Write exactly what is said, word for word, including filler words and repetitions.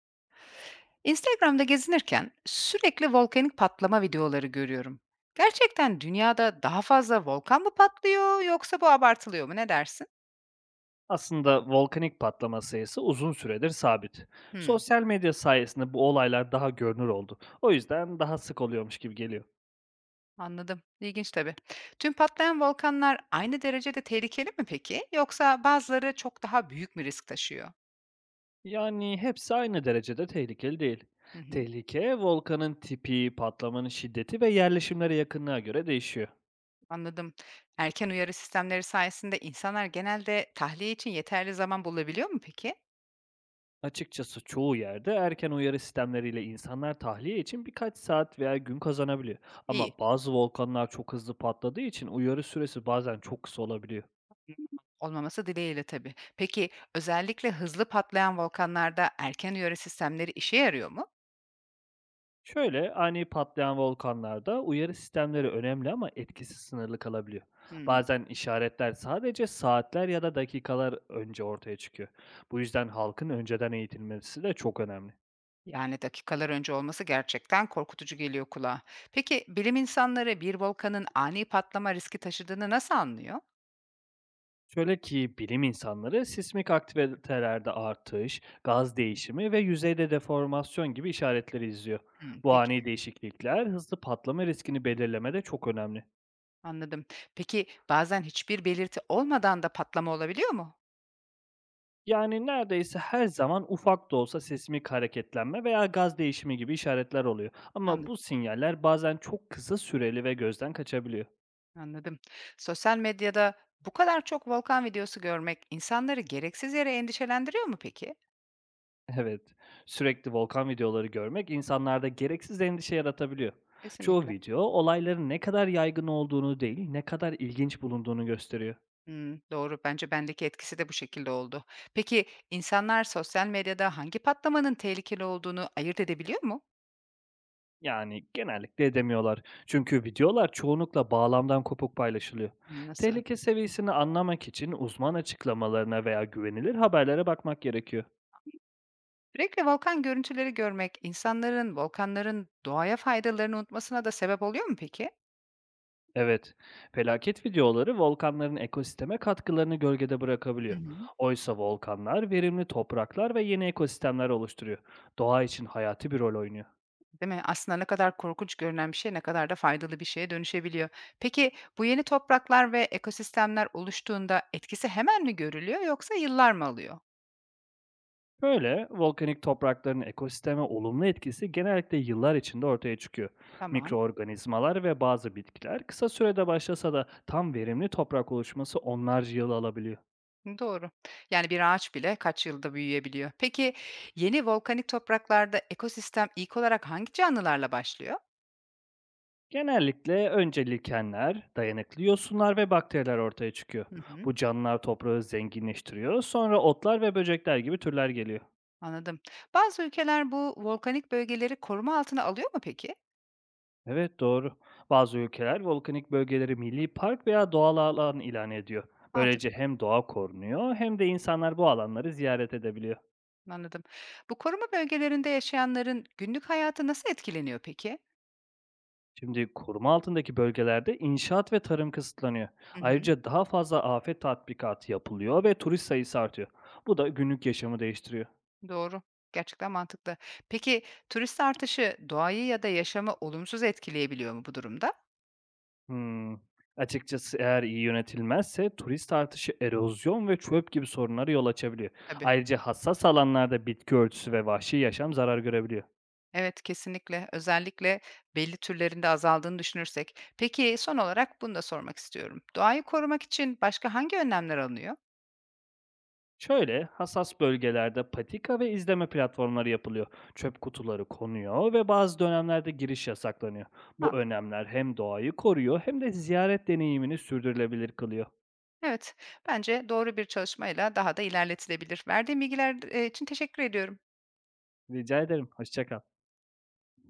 Instagram'da gezinirken sürekli volkanik patlama videoları görüyorum. Gerçekten dünyada daha fazla volkan mı patlıyor yoksa bu abartılıyor mu? Ne dersin? Aslında volkanik patlama sayısı uzun süredir sabit. Hmm, Sosyal medya sayesinde bu olaylar daha görünür oldu. O yüzden daha sık oluyormuş gibi geliyor. anladım. İlginç tabii. Tüm patlayan volkanlar aynı derecede tehlikeli mi peki? Yoksa bazıları çok daha büyük mü risk taşıyor? Yani hepsi aynı derecede tehlikeli değil. Hı hı, Tehlike volkanın tipi, patlamanın şiddeti ve yerleşimlere yakınlığa göre değişiyor. anladım. Erken uyarı sistemleri sayesinde insanlar genelde tahliye için yeterli zaman bulabiliyor mu peki? Açıkçası çoğu yerde erken uyarı sistemleriyle insanlar tahliye için birkaç saat veya gün kazanabiliyor. İyi. Ama bazı volkanlar çok hızlı patladığı için uyarı süresi bazen çok kısa olabiliyor. Olmaması dileğiyle tabii. Peki, özellikle hızlı patlayan volkanlarda erken uyarı sistemleri işe yarıyor mu? Şöyle, ani patlayan volkanlarda uyarı sistemleri önemli ama etkisi sınırlı kalabiliyor. Hımm. Bazen işaretler sadece saatler ya da dakikalar önce ortaya çıkıyor. Bu yüzden halkın önceden eğitilmesi de çok önemli. Yani dakikalar önce olması gerçekten korkutucu geliyor kulağa. Peki, bilim insanları bir volkanın ani patlama riski taşıdığını nasıl anlıyor? Şöyle ki bilim insanları sismik aktivitelerde artış, gaz değişimi ve yüzeyde deformasyon gibi işaretleri izliyor. Hımm, Bu peki, ani değişiklikler hızlı patlama riskini belirlemede çok önemli. anladım. Peki, bazen hiçbir belirti olmadan da patlama olabiliyor mu? Yani neredeyse her zaman ufak da olsa sismik hareketlenme veya gaz değişimi gibi işaretler oluyor. Ama bu Anladım, sinyaller bazen çok kısa süreli ve gözden kaçabiliyor. anladım. Sosyal medyada bu kadar çok volkan videosu görmek insanları gereksiz yere endişelendiriyor mu peki? Evet, sürekli volkan videoları görmek insanlarda gereksiz endişe yaratabiliyor. Çoğu Kesinlikle. video olayların ne kadar yaygın olduğunu değil, ne kadar ilginç bulunduğunu gösteriyor. Hımm, doğru. Bence bendeki etkisi de bu şekilde oldu. Peki, insanlar sosyal medyada hangi patlamanın tehlikeli olduğunu ayırt edebiliyor mu? Yani genellikle edemiyorlar. Çünkü videolar çoğunlukla bağlamdan kopuk paylaşılıyor. Hımm, nasıl? Tehlike seviyesini anlamak için uzman açıklamalarına veya güvenilir haberlere bakmak gerekiyor. Sürekli volkan görüntüleri görmek insanların volkanların doğaya faydalarını unutmasına da sebep oluyor mu peki? Evet, felaket videoları volkanların ekosisteme katkılarını gölgede bırakabiliyor. Hı hı. Oysa volkanlar verimli topraklar ve yeni ekosistemler oluşturuyor. Doğa için hayati bir rol oynuyor. Değil mi? Aslında ne kadar korkunç görünen bir şey, ne kadar da faydalı bir şeye dönüşebiliyor. Peki, bu yeni topraklar ve ekosistemler oluştuğunda etkisi hemen mi görülüyor yoksa yıllar mı alıyor? Böyle volkanik toprakların ekosisteme olumlu etkisi genellikle yıllar içinde ortaya çıkıyor. Tamam. Mikroorganizmalar ve bazı bitkiler kısa sürede başlasa da tam verimli toprak oluşması onlarca yıl alabiliyor. Doğru. Yani bir ağaç bile kaç yılda büyüyebiliyor. Peki yeni volkanik topraklarda ekosistem ilk olarak hangi canlılarla başlıyor? Genellikle önce likenler, dayanıklı yosunlar ve bakteriler ortaya çıkıyor. Hı hı, Bu canlılar toprağı zenginleştiriyor, sonra otlar ve böcekler gibi türler geliyor. anladım. Bazı ülkeler bu volkanik bölgeleri koruma altına alıyor mu peki? Evet, doğru. Bazı ülkeler volkanik bölgeleri milli park veya doğal alan ilan ediyor. Böylece Mantıklı, hem doğa korunuyor hem de insanlar bu alanları ziyaret edebiliyor. anladım. Bu koruma bölgelerinde yaşayanların günlük hayatı nasıl etkileniyor peki? Şimdi koruma altındaki bölgelerde inşaat ve tarım kısıtlanıyor. Hı hı, Ayrıca daha fazla afet tatbikatı yapılıyor ve turist sayısı artıyor. Bu da günlük yaşamı değiştiriyor. doğru. Gerçekten mantıklı. Peki turist artışı doğayı ya da yaşamı olumsuz etkileyebiliyor mu bu durumda? Hmm. Açıkçası eğer iyi yönetilmezse turist artışı erozyon ve çöp gibi sorunlara yol açabiliyor. Tabii. Ayrıca hassas alanlarda bitki örtüsü ve vahşi yaşam zarar görebiliyor. Evet, kesinlikle. Özellikle belli türlerinde azaldığını düşünürsek. Peki, son olarak bunu da sormak istiyorum. Doğayı korumak için başka hangi önlemler alınıyor? Şöyle hassas bölgelerde patika ve izleme platformları yapılıyor. Çöp kutuları konuyor ve bazı dönemlerde giriş yasaklanıyor. Bu Mantıklı. önlemler hem doğayı koruyor hem de ziyaret deneyimini sürdürülebilir kılıyor. Evet, bence doğru bir çalışmayla daha da ilerletilebilir. Verdiğim bilgiler, eee, için teşekkür ediyorum. Rica ederim. Hoşça kal.